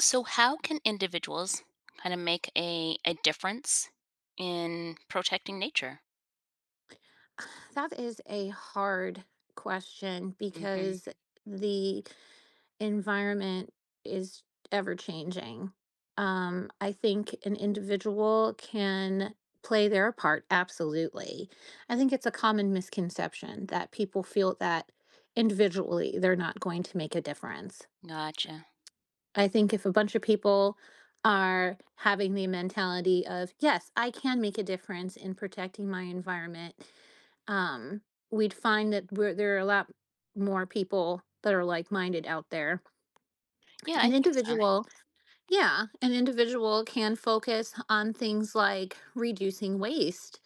So, how can individuals kind of make a difference in protecting nature? That is a hard question Hmm. because the environment is ever changing. I think an individual can play their part, absolutely. I think it's a common misconception that people feel that individually they're not going to make a difference. Gotcha. I think if a bunch of people are having the mentality of, yes, I can make a difference in protecting my environment. um, We'd find that, there are a lot more people that are like-minded out there. Yeah, I An think so. individual, yeah, an individual can focus on things like reducing waste,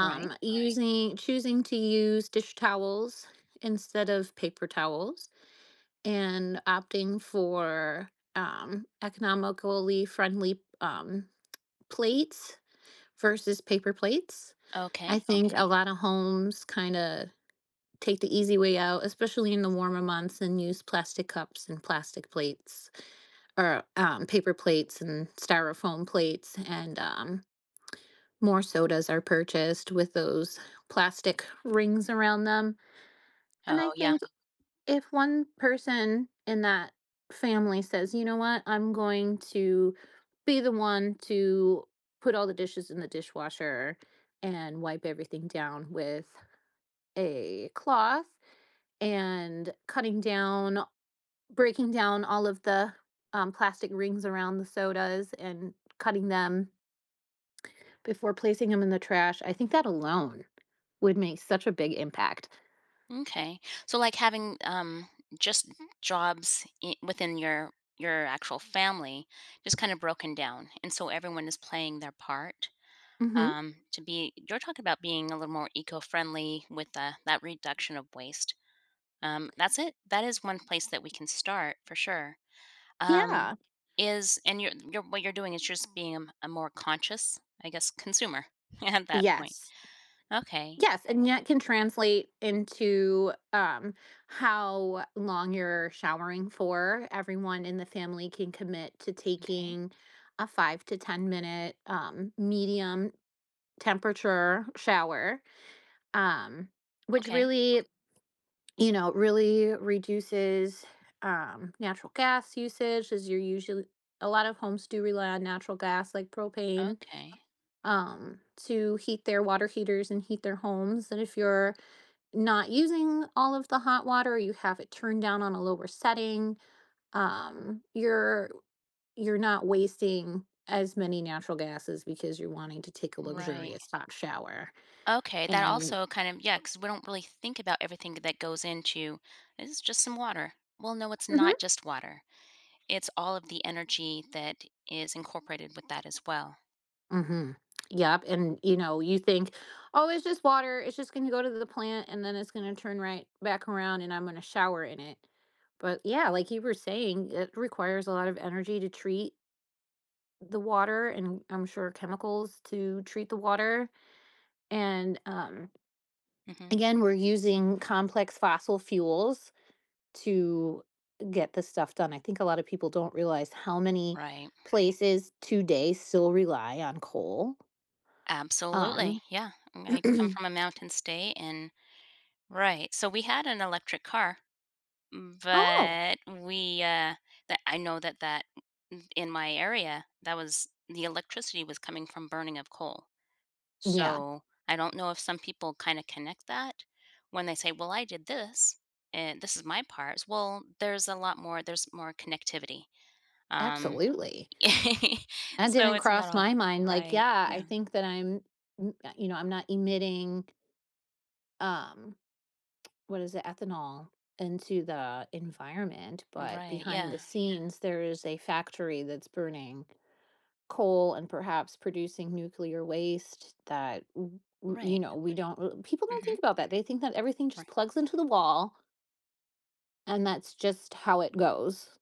Right. using choosing to use dish towels instead of paper towels, and opting for economically friendly plates versus paper plates. Okay. I think a lot of homes kind of take the easy way out, especially in the warmer months, and use plastic cups and plastic plates or paper plates and styrofoam plates. And More sodas are purchased with those plastic rings around them. And I Oh, yeah. think if one person in that family says, you know what, I'm going to be the one to put all the dishes in the dishwasher and wipe everything down with a cloth and cutting down, breaking down all of the plastic rings around the sodas and cutting them before placing them in the trash. I think that alone would make such a big impact. Okay. So, like having just jobs within your actual family, just kind of broken down, and so everyone is playing their part. Hmm. You're talking about being a little more eco-friendly with that reduction of waste. That's it. That is one place that we can start for sure. Um, Yeah. is and you're what you're doing is just being a more conscious, I guess, consumer at that point. Yes. Okay, Yes. And that can translate into how long you're showering for. Everyone in the family can commit to okay, taking a 5 to 10 minute medium temperature shower, um, which okay, really, really reduces natural gas usage, as you're usually a lot of homes do rely on natural gas, like propane, okay, to heat their water heaters and heat their homes. And if you're not using all of the hot water, or you have it turned down on a lower setting, um, you're you're not wasting as many natural gases because you're wanting to take a right. luxurious hot shower. Okay, that And also kind of, yeah, because we don't really think about everything that goes into, "This is just some water." Well, no, it's Mhm. not just water. It's all of the energy that is incorporated with that as well. Mhm. Yep, and, you think, "Oh, it's just water, it's just gonna go to the plant, and then it's gonna turn right back around, and I'm gonna shower in it." But, yeah, like you were saying, it requires a lot of energy to treat the water and, I'm sure, chemicals to treat the water, and, Mhm, again, we're using complex fossil fuels to get this stuff done. I think a lot of people don't realize how many right. places today still rely on coal. um Absolutely, yeah. I come from a mountain state, and right, so we had an electric car. Oh, But we, that I know that that in my area, that was the electricity was coming from burning of coal. yeah, So I don't know if some people kind of connect that when they say, "Well, I did this, and this is my part." Well, there's a lot more. There's more connectivity. Um, absolutely. That so didn't it's cross not all my mind. Like, right. yeah, I Yeah. think that I'm, mm, you know, I'm not emitting, um, what is it, ethanol into the environment, but Right. behind Yeah. the scenes, there is a factory that's burning coal and perhaps producing nuclear waste that, w- w- you Right. know, we don't, r- people don't Hmm. think about that. They think that everything just Right. plugs into the wall and that's just how it goes.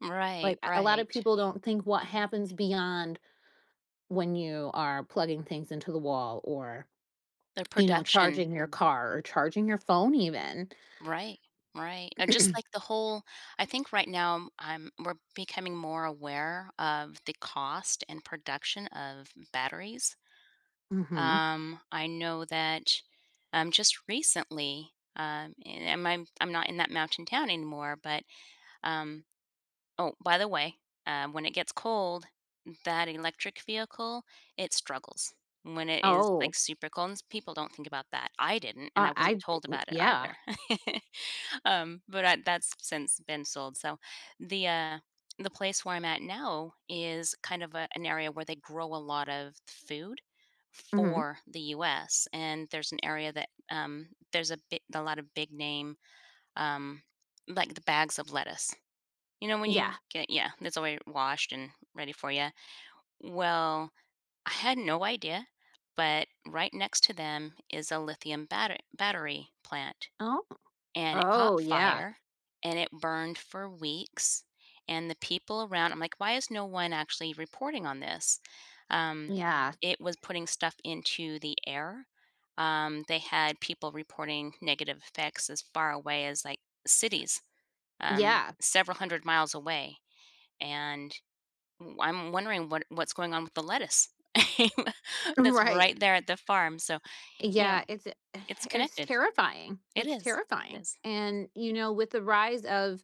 Right. Like, a lot Right. of people don't think what Yeah. happens beyond when you are plugging things into the wall or, The production. charging your car or charging your phone even. Right, right. And just like the whole, I think right now I'm we're becoming more aware of the cost and production of batteries. Mhm. I know that, just recently, and I'm not in that mountain town anymore, but, um, oh, by the way, when it gets cold, that electric vehicle, it struggles when it is, like, Oh, super cold, and people don't think about that. I didn't, and I I wasn't d told about it yeah. either. Um, but I, that's since been sold. So the uh, the place where I'm at now is kind of an area where they grow a lot of food Mhm. for the U.S. And there's an area that there's a lot of big name um, like the bags of lettuce. You know when Yeah. you get, yeah, it's already washed and ready for you. Well, I had no idea, but right next to them is a lithium battery plant, Oh, and it oh, caught yeah. fire and it burned for weeks. And the people around, I'm like, why is no one actually reporting on this? Um, Yeah. it was putting stuff into the air. They had people reporting negative effects as far away as like cities, Yeah. several hundred miles away. And I'm wondering what, what's going on with the lettuce that's Right. right there at the farm. So, you know, Yeah, it's it's it's connected. terrifying. It It's is. It terrifying, is. and, you know, with the rise of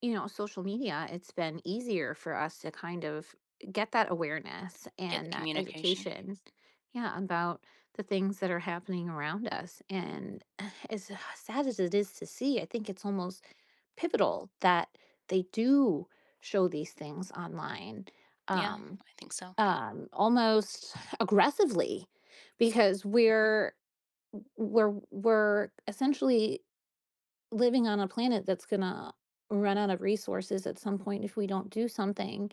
social media, it's been easier for us to kind of get that awareness Get the and that communication. education, yeah, about the things that are happening around us. And as sad as it is to see, I think it's almost pivotal that they do show these things online, Yeah, um, I think so. Almost aggressively, because Mhm. we're essentially living on a planet that's gonna run out of resources at some point if we don't do something,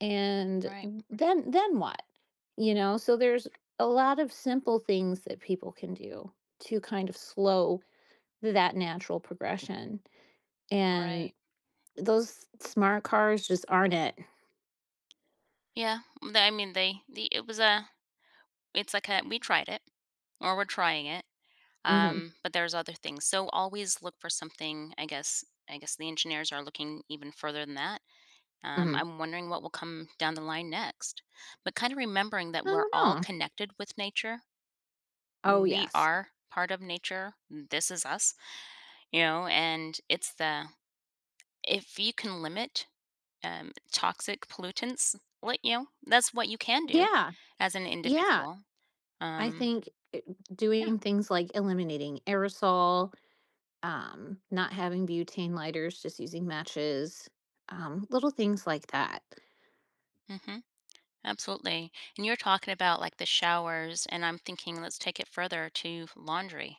and Right, then what, so there's a lot of simple things that people can do to kind of slow that natural progression, and right. those smart cars just aren't it. Yeah, I mean, they, the it was a, it's like a, we tried it or we're trying it, Mhm. But there's other things. So always look for something. I guess the engineers are looking even further than that. Mhm. I'm wondering what will come down the line next, but kind of remembering that I we're don't all know. connected with nature. Oh, We yes. are part of nature. This is us, you know, and it's the, if you can limit, toxic pollutants, like, you know, that's what you can do Yeah. as an Yeah. individual. I Um, think yeah, doing things like eliminating aerosol, not having butane lighters, just using matches, little things like that. mhm, absolutely, and you're talking about, like, the showers, and I'm thinking let's take it further to laundry,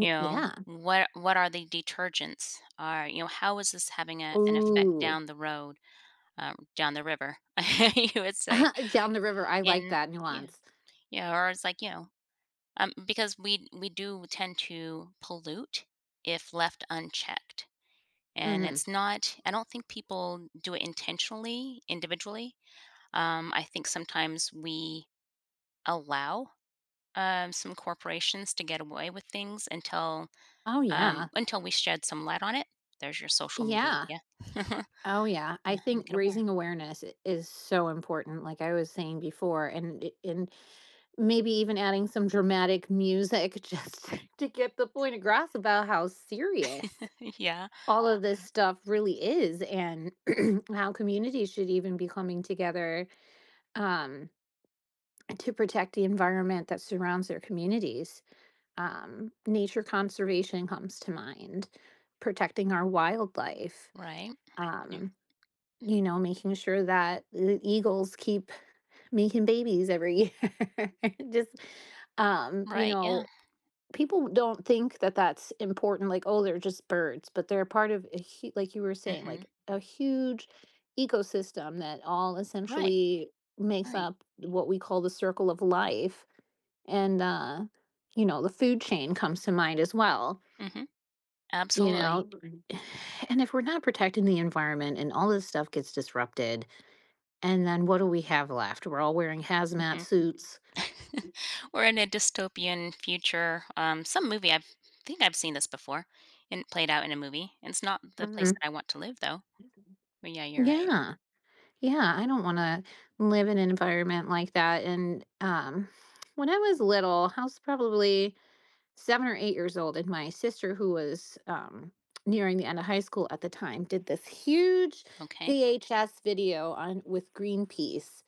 you know? Yeah. What are the detergents? Are, you know, how is this having a an effect Ooh, down the road, down the river, you would say, down the river. I like in, that yeah, nuance. yeah, or it's like, you know. Because we do tend to pollute if left unchecked, and Hmm. it's not. I don't think people do it intentionally, individually. I think sometimes we allow, some corporations to get away with things until, Oh, yeah. until we shed some light on it. There's your social media, Yeah. yeah, Oh, yeah. I and think make it aware. raising awareness is so important, like I was saying before, and and maybe even adding some dramatic music just to get the point across about how serious Yeah, all of this stuff really is and how communities should even be coming together, um, to protect the environment that surrounds their communities. Nature conservation comes to mind, protecting our wildlife, right, yeah, um, making sure that the eagles keep making babies every year. Just, um, you right, know, yeah, People don't think that that's important, like, "Oh, they're just birds," but they're part of a hu like you were saying, hmm, like, a huge ecosystem that all right, essentially makes right, up what we call the circle of life, and, the food chain comes to mind as well, hmm, you absolutely. know? And if we're not protecting the environment and all this stuff gets disrupted, and then what do we have left? We're all wearing hazmat Mm-hmm. suits. We're in a dystopian future. Some movie I've, think I've seen this before, and it played out in a movie. It's not the place Mhm. that I want to live, though. But yeah, you're right. Yeah. Yeah, I don't wanna live in an environment like that, and, when I was little, I was probably 7 or 8 years old, and my sister, who was, nearing the end of high school at the time, did this huge Okay. VHS video on with Greenpeace,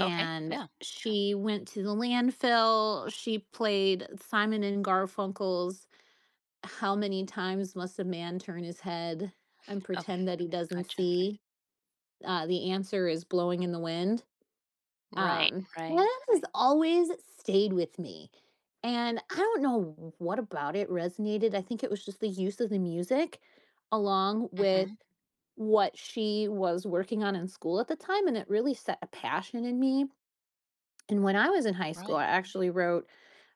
Okay. Yeah. she went to the landfill, she played Simon and Garfunkel's "How Many Times Must a Man Turn His Head and Oh, Pretend That He Doesn't gotcha. See?" The answer is blowing in the wind. Right. And Right. that has always stayed with me. And I don't know what about it resonated. I think it was just the use of the music along with Mm-hmm. what she was working on in school at the time. And it really set a passion in me. And when I was in high school, Right. I actually wrote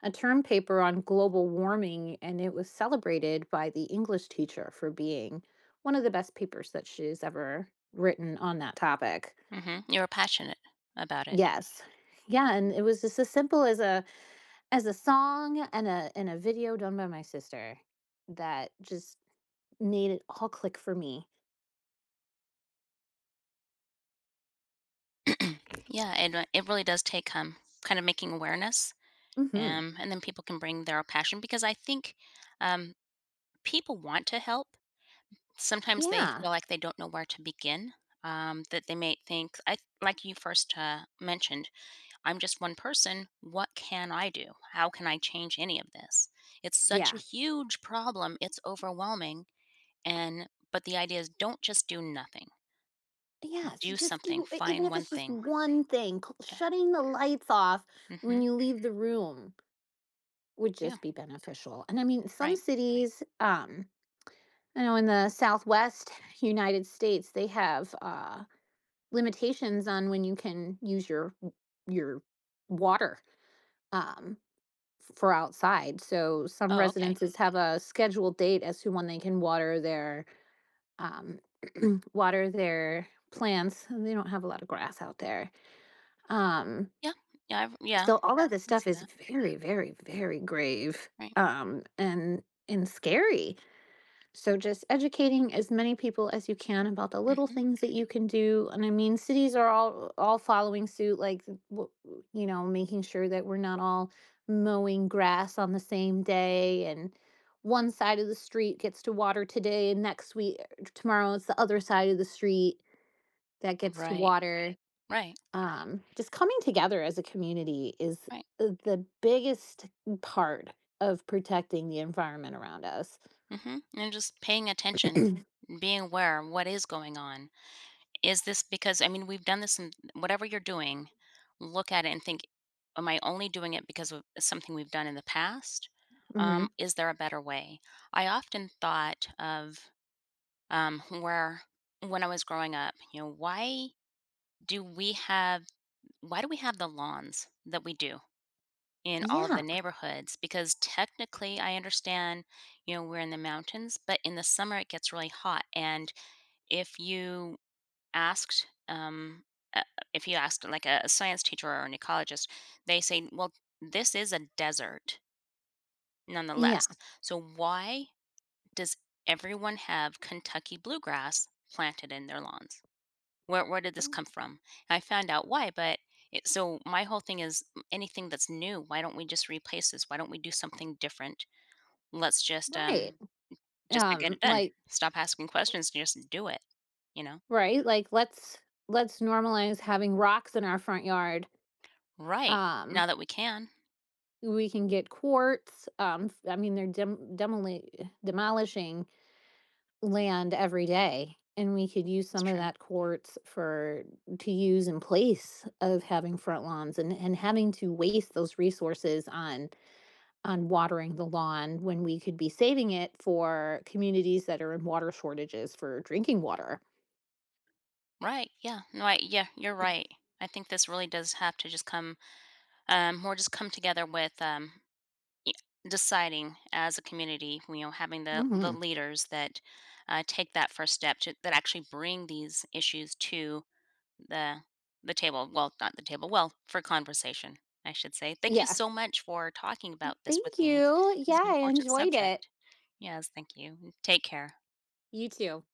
a term paper on global warming, and it was celebrated by the English teacher for being one of the best papers that she's ever written on that topic. Mm-hmm. You're passionate about it. Yes. Yeah, and it was just as simple as a song and a video done by my sister that just made it all click for me. Yeah, and it really does take, um, kind of making awareness, Mhm. And then people can bring their passion because I think, um, people want to help. Sometimes they Yeah. feel like they don't know where to begin. That they may think, I, like you first mentioned, I'm just one person. What can I do? How can I change any of this? It's such a Yeah. huge problem. It's overwhelming. And but the idea is, don't just do nothing. Yes, you Do just something. do e even Find if one it's just thing. one thing, cl shutting the lights off when Mm-hmm. you leave the room would Yeah. just be beneficial, and, I mean, some Right. cities, I know in the Southwest United States, they have, limitations on when you can use your water. um, for outside. So some Oh, okay. residences have a scheduled date as to when they can water their um, water their plants. They don't have a lot of grass out there. Um, Yeah. Yeah. I've, yeah. so all of this I stuff see is that. very, very, very grave, Right. um, and and scary. So just educating as many people as you can about the little Mm-hmm. things that you can do. And I mean, cities are all following suit, like w- making sure that we're not all mowing grass on the same day, and one side of the street gets to water today, and next week tomorrow it's the other side of the street that gets to Right. water. Right. Just coming together as a community is, Right. The biggest part of protecting the environment around us. Hmm. And just paying attention, being aware of what is going on. Is this because I mean, we've done this in whatever you're doing, look at it and think, am I only doing it because of something we've done in the past? Hmm. Is there a better way? I often thought of, where when I was growing up, you know, why do we have, why do we have the lawns that we do in all of the Yeah. neighborhoods? Because technically, I understand, you know, we're in the mountains, but in the summer it gets really hot, and if you asked, um, uh, if you asked like a science teacher or an ecologist, they say, well, this is a desert Yeah. nonetheless. So why does everyone have Kentucky bluegrass planted in their lawns? Where did this Mm, come from? And I found out why, but it, so my whole thing is, mm, anything that's new, why don't we just replace this? Why don't we do something different? Let's Right. just to get it done. Like Stop asking questions and just do it, you know? right, like let's normalize having rocks in our front yard. Right. Now Um that we can. we can get quartz. I mean they're demolishing land every day and we could use It's some of true. that quartz for to use in place of having front lawns and having to waste those resources on watering the lawn when we could be saving it for communities that are in water shortages for drinking water. Right. Yeah. No. I, yeah. You're right. I think this really does have to just come, more just come together with, y- deciding as a community. You know, having the Mhm. leaders that take that first step to that actually bring these issues to the the table. Well, not the table. Well, for conversation, I should say. Thank you Yeah. so much for talking about this with Thank me. you. It's Yeah, an I important enjoyed it. subject. Yes. Thank you. Take care. You too.